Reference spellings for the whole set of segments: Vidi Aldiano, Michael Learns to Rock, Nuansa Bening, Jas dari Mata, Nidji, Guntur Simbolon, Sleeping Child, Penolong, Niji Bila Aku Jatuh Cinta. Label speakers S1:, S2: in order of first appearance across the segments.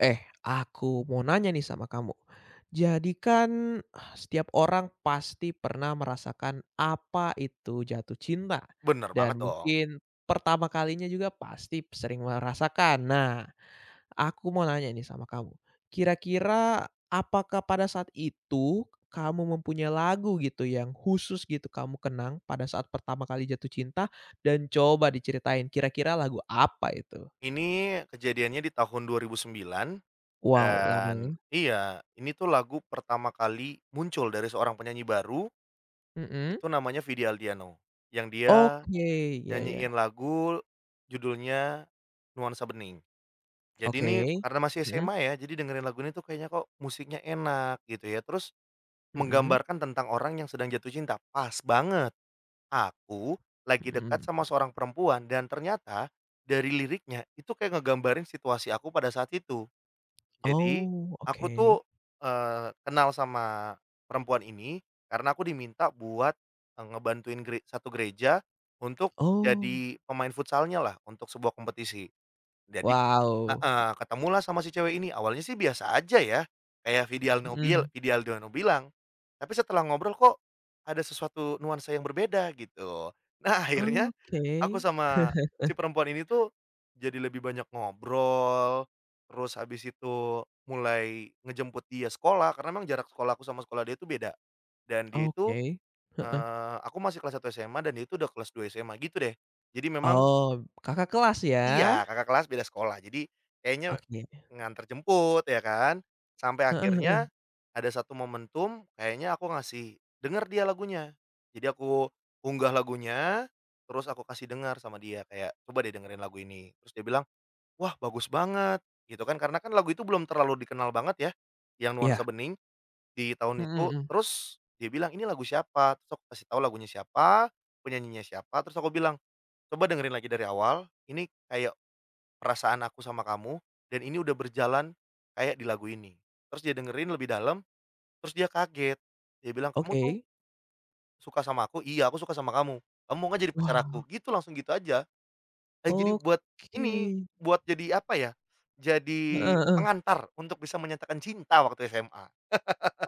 S1: Eh, aku mau nanya nih sama kamu. Jadi kan setiap orang pasti pernah merasakan apa itu jatuh cinta
S2: Bener banget
S1: dan
S2: dong.
S1: mungkin pertama kalinya juga pasti sering merasakan. Nah, aku mau nanya nih sama kamu. Kira-kira apakah pada saat itu kamu mempunyai lagu gitu yang khusus gitu kamu kenang pada saat pertama kali jatuh cinta dan coba diceritain kira-kira lagu apa itu?
S2: Ini kejadiannya di tahun 2009
S1: Wow, lama
S2: dan
S1: ya.
S2: iya, ini tuh lagu pertama kali muncul dari seorang penyanyi baru,
S1: Mhm.
S2: itu namanya Vidi Aldiano, yang dia
S1: Oke, iya iya,
S2: nyanyiin lagu judulnya Nuansa Bening. Jadi ini
S1: oke.
S2: karena masih
S1: Mhm,
S2: SMA ya, jadi dengerin lagu ini tuh kayaknya kok musiknya enak gitu ya, terus
S1: mhm,
S2: menggambarkan tentang orang yang sedang jatuh cinta, pas banget. Aku lagi dekat
S1: mhm.
S2: sama seorang perempuan dan ternyata dari liriknya itu kayak ngegambarin situasi aku pada saat itu. Jadi
S1: Oh,
S2: aku tuh,
S1: oke.
S2: kenal sama perempuan ini karena aku diminta buat, ngebantuin satu gereja untuk
S1: Oh,
S2: jadi pemain futsalnya lah untuk sebuah kompetisi. Jadi
S1: wow,
S2: heeh, ketemulah sama si cewek ini, awalnya sih biasa aja ya, kayak
S1: mhm,
S2: Vidi Aldiano bilang, tapi setelah ngobrol kok ada sesuatu nuansa yang berbeda gitu. Nah akhirnya
S1: oke
S2: aku sama si perempuan ini tuh jadi lebih banyak ngobrol, terus habis itu mulai ngejemput dia sekolah karena memang jarak sekolahku sama sekolah dia itu beda, dan dia itu,
S1: oke, heeh.
S2: aku masih kelas satu SMA dan dia itu udah kelas 2 SMA gitu deh. Jadi memang.
S1: Oh, Kakak kelas ya?
S2: Iya, kakak kelas beda sekolah. Jadi, kayaknya
S1: Oke,
S2: nganter jemput ya kan, sampai
S1: heeh
S2: akhirnya
S1: heeh,
S2: ada satu momentum kayaknya aku ngasih denger dia lagunya. Jadi aku unggah lagunya, terus aku kasih dengar sama dia kayak, "Coba deh dengerin lagu ini." Terus dia bilang, "Wah, bagus banget." Gitu kan, karena kan lagu itu belum terlalu dikenal banget ya, yang nuansa
S1: iya,
S2: bening di tahun
S1: mhm
S2: itu.
S1: mhm,
S2: Terus dia bilang, "Ini lagu siapa?" Terus aku kasih tahu lagunya siapa, penyanyinya siapa, terus aku bilang, "Coba dengerin lagi dari awal, ini kayak perasaan aku sama kamu, dan ini udah berjalan kayak di lagu ini." Terus dia dengerin lebih dalam, terus dia kaget. Dia bilang, "Kamu tuh
S1: oke.
S2: suka sama aku?" "Iya, aku suka sama kamu." "Kamu mau nggak jadi pacar aku?"
S1: Wow,
S2: Gitu, langsung gitu aja. Jadi buat
S1: oke,
S2: ini, buat jadi apa ya,
S1: heeh
S2: jadi
S1: heeh,
S2: pengantar untuk bisa menyatakan cinta waktu SMA.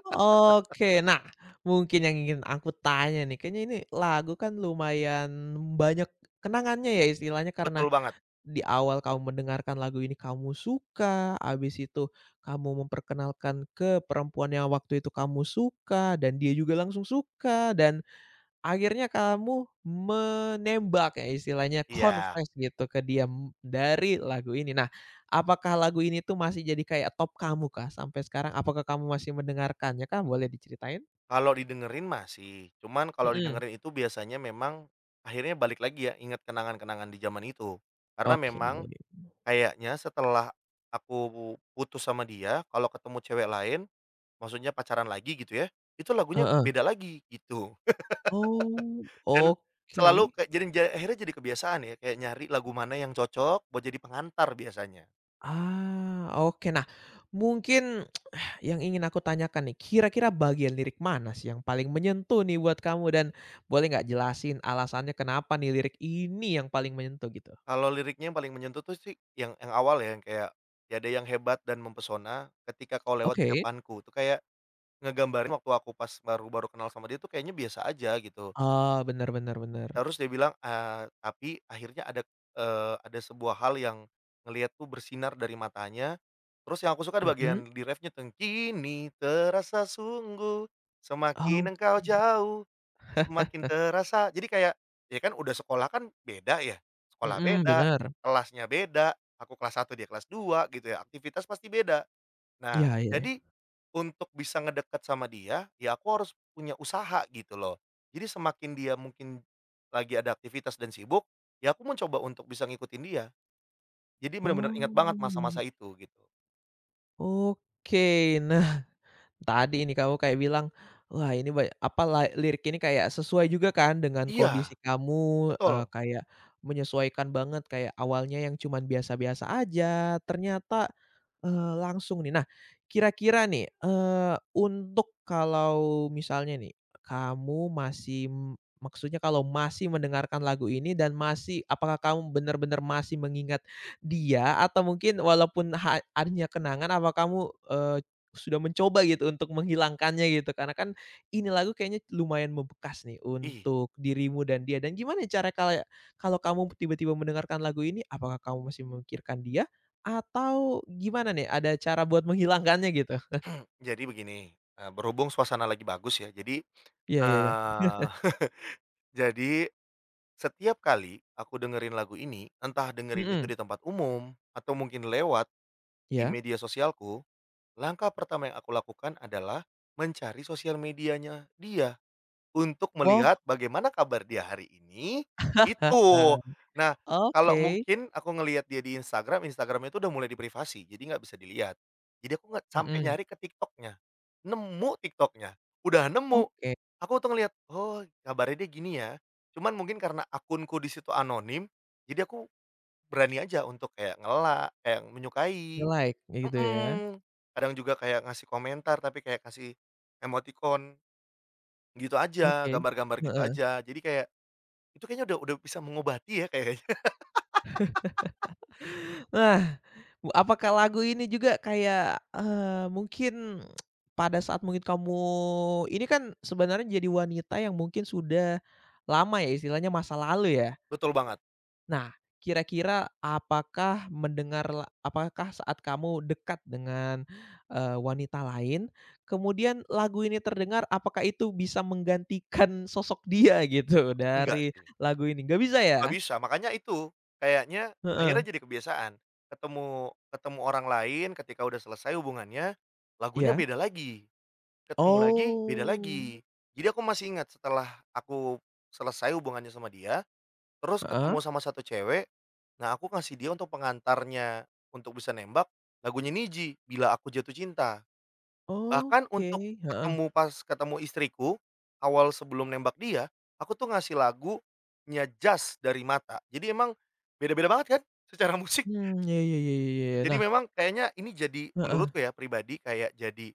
S1: oke. Nah, mungkin yang ingin aku tanya nih, kayaknya ini lagu kan lumayan banyak kenangannya ya istilahnya karena
S2: Betul banget.
S1: di awal kamu mendengarkan lagu ini kamu suka, habis itu kamu memperkenalkan ke perempuan yang waktu itu kamu suka dan dia juga langsung suka dan akhirnya kamu menembak ya istilahnya
S2: Iya,
S1: confess gitu ke dia dari lagu ini. Nah, apakah lagu ini tuh masih jadi kayak top kamu kah sampai sekarang? Apakah kamu masih mendengarkannya kah? Boleh diceritain?
S2: kalau didengerin masih, cuman kalau
S1: Mhm,
S2: didengerin itu biasanya memang akhirnya balik lagi ya, ingat kenangan-kenangan di zaman itu. Karena
S1: oke.
S2: memang kayaknya setelah aku putus sama dia, kalau ketemu cewek lain, maksudnya pacaran lagi gitu ya, itu lagunya
S1: Heeh.
S2: beda lagi gitu.
S1: Oh,
S2: Dan selalu
S1: oke.
S2: kayak jadi akhirnya jadi kebiasaan ya, kayak nyari lagu mana yang cocok buat jadi pengantar biasanya.
S1: Ah, oke. Nah, mungkin yang ingin aku tanyakan nih, kira-kira bagian lirik mana sih yang paling menyentuh nih buat kamu dan boleh nggak jelasin alasannya kenapa nih lirik ini yang paling menyentuh gitu?
S2: Kalau liriknya yang paling menyentuh tuh sih yang awal ya, yang kayak, "Tiada yang hebat dan mempesona ketika kau lewat di
S1: Oke.
S2: depanku." Itu kayak ngegambarin waktu aku pas baru baru kenal sama dia tuh kayaknya biasa aja gitu.
S1: Oh, bener bener bener.
S2: Terus dia bilang, tapi akhirnya ada, ada sebuah hal yang ngelihat tuh bersinar dari matanya. Terus yang aku suka di
S1: Mhm.
S2: bagian di ref tuh "Kini terasa sungguh, semakin engkau
S1: Oke.
S2: jauh, semakin terasa." Jadi kayak, ya kan udah sekolah kan beda ya, sekolah
S1: Mhm,
S2: beda,
S1: bener.
S2: kelasnya beda, aku kelas satu dia kelas 2 gitu ya, aktivitas pasti beda. Nah,
S1: Iya iya.
S2: jadi untuk bisa ngedekat sama dia, ya aku harus punya usaha gitu loh. Jadi semakin dia mungkin lagi ada aktivitas dan sibuk, ya aku mencoba untuk bisa ngikutin dia. Jadi benar-benar ingat banget
S1: Oh,
S2: masa-masa
S1: iya.
S2: itu gitu.
S1: Oke. Nah, tadi ini kamu kayak bilang, wah ini apa lirik ini kayak sesuai juga kan dengan kondisi
S2: Iya,
S1: kamu,
S2: betul.
S1: kayak menyesuaikan banget kayak awalnya yang cuman biasa-biasa aja, ternyata, langsung nih. Nah, kira-kira nih, untuk kalau misalnya nih, kamu masih maksudnya kalau masih mendengarkan lagu ini dan masih apakah kamu benar-benar masih mengingat dia atau mungkin walaupun hanya kenangan, apa kamu, sudah mencoba gitu untuk menghilangkannya gitu karena kan ini lagu kayaknya lumayan membekas nih
S2: Ih,
S1: untuk dirimu dan dia dan gimana cara kalau kalau kamu tiba-tiba mendengarkan lagu ini apakah kamu masih memikirkan dia atau gimana nih ada cara buat menghilangkannya gitu?
S2: jadi begini, berhubung suasana lagi bagus ya, jadi,
S1: Iya iya iya.
S2: eee, jadi setiap kali aku dengerin lagu ini, entah dengerin itu
S1: Mhm,
S2: di tempat umum atau mungkin lewat di
S1: iya.
S2: media sosialku. Langkah pertama yang aku lakukan adalah mencari sosial medianya dia untuk
S1: Oh,
S2: melihat bagaimana kabar dia hari ini, itu. Nah, kalau
S1: oke,
S2: mungkin aku ngelihat dia di Instagram, Instagram itu udah mulai diprivasi, jadi nggak bisa dilihat. Jadi aku nggak sampai
S1: mhm,
S2: nyari ke Tiktoknya, nemu Tiktoknya, udah nemu,
S1: oke,
S2: aku tuh ngelihat, oh kabarnya dia gini ya. Cuman mungkin karena akunku di situ anonim, jadi aku berani aja untuk kayak kayak menyukai.
S1: nge-like kayak gitu ya,
S2: Mhm. Kadang juga kayak ngasih komentar, tapi kayak kasih emoticon gitu aja,
S1: oke,
S2: gambar-gambar gitu
S1: heeh.
S2: aja. Jadi kayak, itu kayaknya udah bisa mengobati ya kayaknya.
S1: Nah, apakah lagu ini juga kayak, mungkin pada saat mungkin kamu ini kan sebenarnya jadi wanita yang mungkin sudah lama ya, istilahnya masa lalu ya.
S2: Betul banget.
S1: Nah, kira-kira apakah mendengar apakah saat kamu dekat dengan, wanita lain, kemudian lagu ini terdengar, apakah itu bisa menggantikan sosok dia gitu
S2: Enggak
S1: dari
S2: sih,
S1: lagu ini? Nggak bisa
S2: nggak
S1: ya?
S2: bisa. Makanya itu, kayaknya
S1: Heeh.
S2: akhirnya jadi kebiasaan. Ketemu ketemu orang lain ketika udah selesai hubungannya, lagunya
S1: Iya.
S2: beda lagi, ketemu lagi, beda lagi.
S1: Oh.
S2: Jadi aku masih ingat setelah aku selesai hubungannya sama dia. Terus
S1: Heeh.
S2: ketemu sama satu cewek, nah aku ngasih dia untuk pengantarnya untuk bisa nembak, lagunya Niji Bila Aku Jatuh Cinta. Bahkan
S1: Oke,
S2: untuk
S1: heeh,
S2: pas ketemu istriku, awal sebelum nembak dia, aku tuh ngasih lagunya Jas dari Mata. Jadi emang beda-beda banget kan secara musik.
S1: mmm, ya ya ya ya ya. Ya.
S2: Jadi
S1: Nah,
S2: memang kayaknya ini jadi
S1: heeh,
S2: menurutku ya pribadi kayak jadi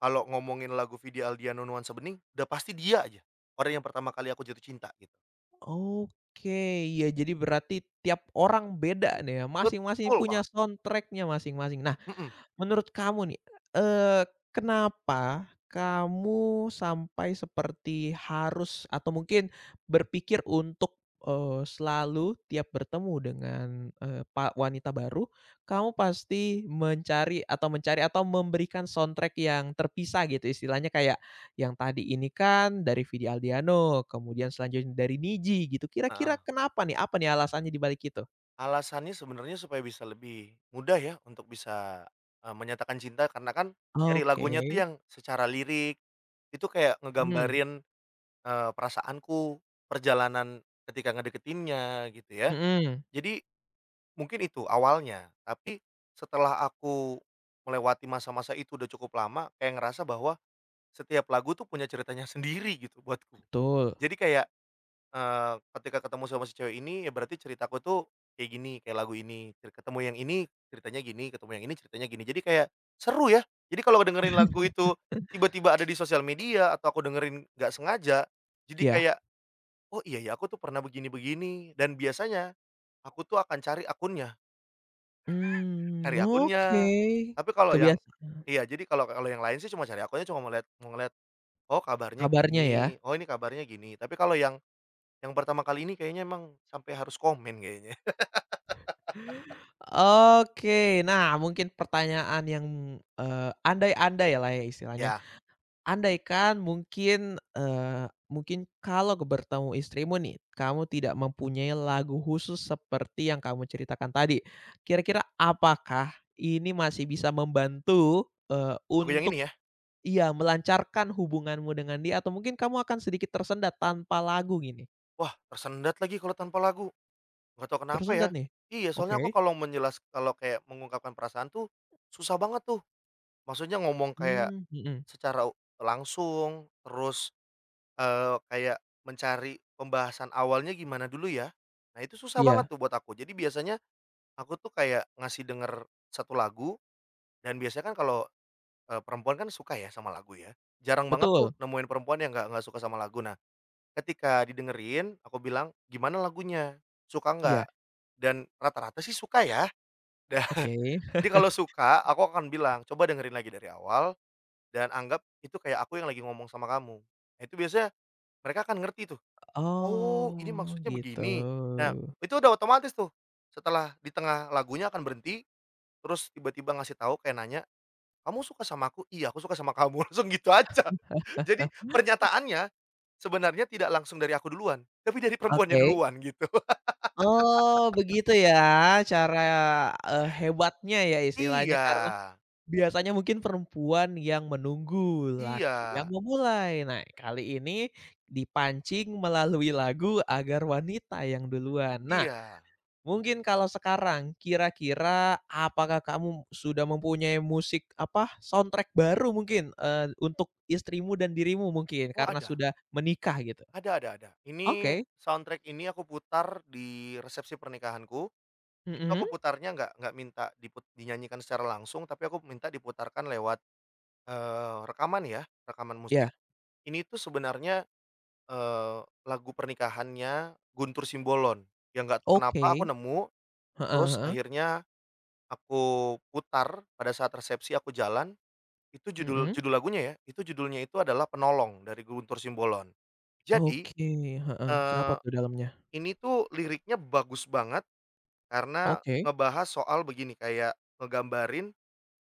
S2: kalau ngomongin lagu Vidi Aldiano Nuansa Bening, udah pasti dia aja orang yang pertama kali aku jatuh cinta gitu.
S1: oke, iya jadi berarti tiap orang beda nih ya, masing-masing
S2: Betul
S1: punya
S2: banget,
S1: soundtrack-nya masing-masing. Nah,
S2: mhm.
S1: menurut kamu nih, eee, kenapa kamu sampai seperti harus atau mungkin berpikir untuk, selalu tiap bertemu dengan, eee, pa wanita baru, kamu pasti mencari atau memberikan soundtrack yang terpisah gitu istilahnya kayak yang tadi ini kan dari Vidi Aldiano, kemudian selanjutnya dari Nidji gitu. Kira-kira
S2: Heeh.
S1: kenapa nih? Apa nih alasannya di balik itu?
S2: Alasannya sebenarnya supaya bisa lebih mudah ya untuk bisa, menyatakan cinta karena kan dari
S1: Oke.
S2: lagunya tuh yang secara lirik itu kayak
S1: Mhm,
S2: ngegambarin, perasaanku, perjalanan ketika ngedeketinnya gitu ya.
S1: mhm,
S2: Jadi mungkin itu awalnya, tapi setelah aku melewati masa-masa itu udah cukup lama, kayak ngerasa bahwa setiap lagu tuh punya ceritanya sendiri gitu buatku.
S1: betul.
S2: Jadi kayak ketika ketemu sama si cewek ini, ya berarti ceritaku tuh kayak gini, kayak lagu ini, ketemu yang ini ceritanya gini, ketemu yang ini ceritanya gini. Jadi kayak seru ya. Jadi kalau dengerin lagu itu tiba-tiba ada di sosial media atau aku dengerin nggak sengaja, jadi
S1: Iya.
S2: kayak, "Oh iya ya, aku tuh pernah begini-begini." Dan biasanya aku tuh akan cari akunnya,
S1: Mmm,
S2: cari
S1: oke.
S2: akunnya. Tapi kalau yang
S1: Kebiasa
S2: Iya, jadi kalau kalau yang lain sih cuma cari akunnya, cuma mau ngelihat, "Oh kabarnya
S1: Kabarnya ya?
S2: gini, oh ini kabarnya gini." Tapi kalau yang pertama kali ini kayaknya emang sampai harus komen kayaknya.
S1: Oke, nah mungkin pertanyaan yang, andai-andailah ya istilahnya.
S2: Ya,
S1: Andaikan mungkin, mungkin kalau bertemu istrimu nih, kamu tidak mempunyai lagu khusus seperti yang kamu ceritakan tadi. Kira-kira apakah ini masih bisa membantu,
S2: lagu yang
S1: untuk
S2: ini ya,
S1: iya melancarkan hubunganmu dengan dia atau mungkin kamu akan sedikit tersendat tanpa lagu gini?
S2: wah tersendat lagi kalau tanpa lagu, nggak tahu kenapa
S1: Tersendat
S2: ya.
S1: nih?
S2: Iya, soalnya
S1: Oke.
S2: aku kalau kalau kayak mengungkapkan perasaan tuh susah banget tuh. Maksudnya ngomong kayak
S1: Mmm, mhm.
S2: secara langsung, terus, kayak mencari pembahasan awalnya gimana dulu ya. Nah itu susah banget
S1: Iya,
S2: tuh buat aku. Jadi biasanya aku tuh kayak ngasih denger satu lagu dan biasanya kan kalau, perempuan kan suka ya sama lagu ya. Jarang banget tuh
S1: betul.
S2: nemuin perempuan yang nggak suka sama lagu. Nah ketika didengerin, aku bilang, "Gimana lagunya? Suka
S1: Iya,
S2: nggak?" Dan rata-rata sih suka ya. Dah,
S1: oke.
S2: jadi kalau suka, aku akan bilang, "Coba dengerin lagi dari awal dan anggap itu kayak aku yang lagi ngomong sama kamu." Nah, itu biasanya mereka akan ngerti tuh, "Oh, ini
S1: Oh,
S2: maksudnya
S1: gitu.
S2: begini." Nah, itu udah otomatis tuh, setelah di tengah lagunya akan berhenti, terus tiba-tiba ngasih tahu kayak nanya, "Kamu suka sama aku?" "Iya, aku suka sama kamu." Langsung gitu aja. Jadi pernyataannya sebenarnya tidak langsung dari aku duluan, tapi dari perempuannya
S1: Oke.
S2: duluan, gitu.
S1: Oh, begitu ya cara, hebatnya ya istilahnya
S2: Iya
S1: karena biasanya mungkin perempuan yang menunggu,
S2: iya
S1: laki yang memulai. Nah, kali ini dipancing melalui lagu agar wanita yang duluan. Nah,
S2: iya.
S1: mungkin kalau sekarang, kira-kira apakah kamu sudah mempunyai musik, apa, soundtrack baru mungkin, untuk istrimu dan dirimu mungkin
S2: Oh
S1: karena sudah menikah gitu?
S2: ada ada. Ini
S1: Oke,
S2: soundtrack ini aku putar di resepsi pernikahanku, itu
S1: mhm,
S2: aku putarnya nggak minta dinyanyikan secara langsung, tapi aku minta diputarkan lewat, rekaman ya, rekaman musik.
S1: iya,
S2: Ini tuh sebenarnya, eee, lagu pernikahannya Guntur Simbolon, yang nggak tahu
S1: oke,
S2: kenapa aku nemu,
S1: heeh
S2: terus
S1: heeh,
S2: akhirnya aku putar pada saat resepsi aku jalan. Itu judul
S1: mhm,
S2: judul lagunya ya, itu judulnya itu adalah "Penolong" dari Guntur Simbolon. Jadi,
S1: oke, heeh, kenapa
S2: eee,
S1: tuh dalamnya?
S2: ini tuh liriknya bagus banget karena
S1: Oke,
S2: ngebahas soal begini, kayak ngegambarin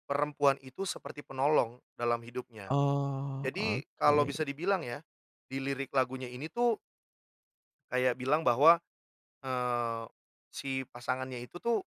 S2: perempuan itu seperti penolong dalam hidupnya.
S1: oh,
S2: Jadi
S1: oke,
S2: kalau bisa dibilang ya, di lirik lagunya ini tuh kayak bilang bahwa, eee, si pasangannya itu tuh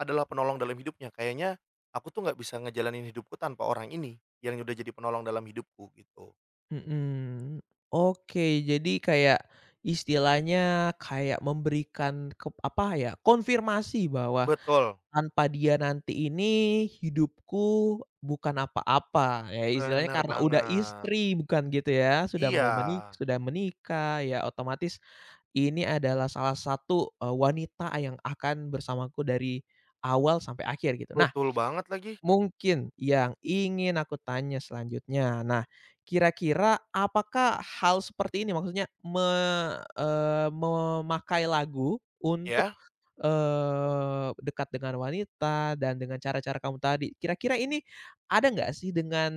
S2: adalah penolong dalam hidupnya, kayaknya aku tuh nggak bisa ngejalanin hidupku tanpa orang ini yang udah jadi penolong dalam hidupku gitu.
S1: mhm, oke, jadi kayak istilahnya kayak memberikan apa ya, konfirmasi bahwa
S2: Betul.
S1: tanpa dia nanti ini hidupku bukan apa-apa, ya istilahnya
S2: Bener
S1: karena udah
S2: banget.
S1: istri bukan gitu ya, sudah
S2: Iya,
S1: mau sudah menikah, ya otomatis ini adalah salah satu, wanita yang akan bersamaku dari awal sampai akhir gitu. Nah,
S2: betul banget lagi.
S1: mungkin yang ingin aku tanya selanjutnya. Nah, kira-kira apakah hal seperti ini maksudnya memakai lagu untuk,
S2: Ya?
S1: dekat dengan wanita dan dengan cara-cara kamu tadi, kira-kira ini ada nggak sih dengan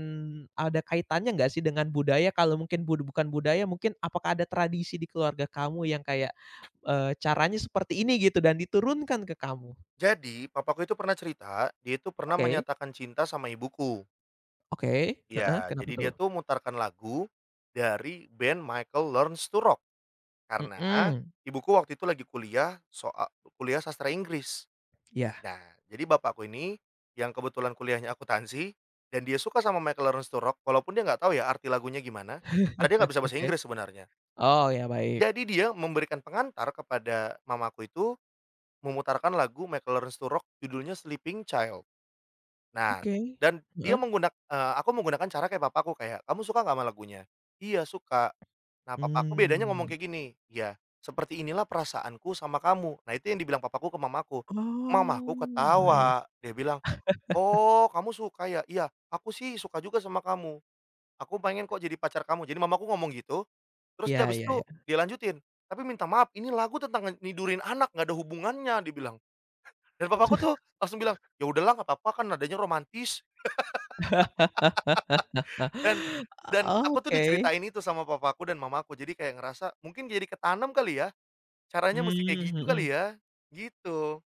S1: ada kaitannya nggak sih dengan budaya? Kalau mungkin bukan budaya mungkin apakah ada tradisi di keluarga kamu yang kayak, caranya seperti ini gitu dan diturunkan ke kamu?
S2: Jadi papaku itu pernah cerita, dia itu pernah
S1: Oke
S2: menyatakan cinta sama ibuku.
S1: oke, heeh,
S2: Ya
S1: kenapa
S2: jadi
S1: tuh?
S2: dia tuh mutarkan lagu dari band Michael Learns to Rock, karena
S1: Mhm,
S2: ibuku waktu itu lagi kuliah sastra Inggris.
S1: iya.
S2: Nah, jadi bapakku ini yang kebetulan kuliahnya akuntansi dan dia suka sama Michael Learns to Rock walaupun dia nggak tahu ya arti lagunya gimana, karena dia nggak bisa bahasa
S1: Oke.
S2: Inggris sebenarnya.
S1: Oh, ya baik.
S2: Jadi dia memberikan pengantar kepada mamaku itu. Memutarkan lagu Michael Learns to Rock judulnya Sleeping Child. Nah,
S1: Oke.
S2: dan dia
S1: Heeh.
S2: menggunakan aku menggunakan cara kayak papaku kayak, "Kamu suka nggak sama lagunya?" "Iya, suka." Nah, papaku bedanya ngomong
S1: Mmm.
S2: kayak gini, "Iya, seperti inilah perasaanku sama kamu." Nah, itu yang dibilang papaku ke mamaku. Mamaku
S1: Oh, baik.
S2: ketawa, dia bilang, "Oh, kamu suka ya? Iya, aku sih suka juga sama kamu. Aku pengen kok jadi pacar kamu." Jadi mamaku ngomong gitu, terus
S1: Iya
S2: dia habis
S1: iya
S2: itu
S1: iya.
S2: dia lanjutin, "Tapi minta maaf, ini lagu tentang nidurin anak, nggak ada hubungannya," dibilang. Dan papaku tuh langsung bilang, "Ya udahlah nggak apa-apa kan nadanya romantis." Dan dan aku tuh diceritain
S1: Oke.
S2: itu sama papaku dan mamaku, jadi kayak ngerasa mungkin jadi ketanam kali ya, caranya mesti kayak
S1: Mmm,
S2: gitu
S1: mhm.
S2: kali ya, gitu.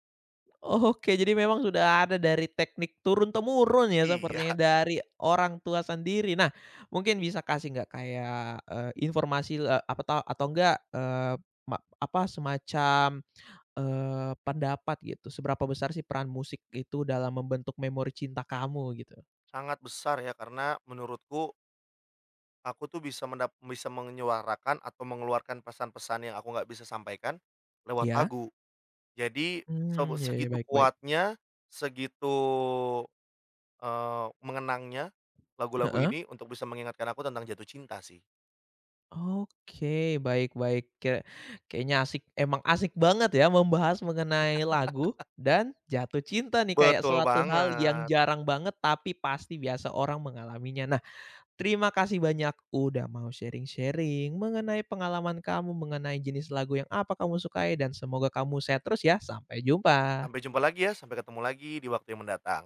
S1: Oke, jadi memang sudah ada dari teknik turun-temurun ya
S2: Iya,
S1: sepertinya dari orang tua sendiri. Nah, mungkin bisa kasih nggak kayak, informasi, apa tau atau enggak, eee, ma apa, semacam pendapat gitu, seberapa besar sih peran musik itu dalam membentuk memori cinta kamu gitu?
S2: sangat besar ya karena menurutku aku tuh bisa menyuarakan atau mengeluarkan pesan-pesan yang aku nggak bisa sampaikan lewat
S1: Iya.
S2: lagu. Jadi
S1: Mmm, ya ya,
S2: segitu
S1: baik baik.
S2: kuatnya, segitu, mengenangnya lagu-lagu
S1: Heeh.
S2: ini untuk bisa mengingatkan aku tentang jatuh cinta sih.
S1: Oke, baik baik. Kayak kayaknya asik emang asik banget ya membahas mengenai lagu dan jatuh cinta nih, kayak
S2: Betul
S1: suatu hal yang
S2: banget.
S1: jarang banget tapi pasti biasa orang mengalaminya. Nah, terima kasih banyak udah mau sharing-sharing mengenai pengalaman kamu, mengenai jenis lagu yang apa kamu sukai dan semoga kamu sehat terus ya. Sampai jumpa.
S2: Sampai jumpa lagi ya, sampai ketemu lagi di waktu yang mendatang.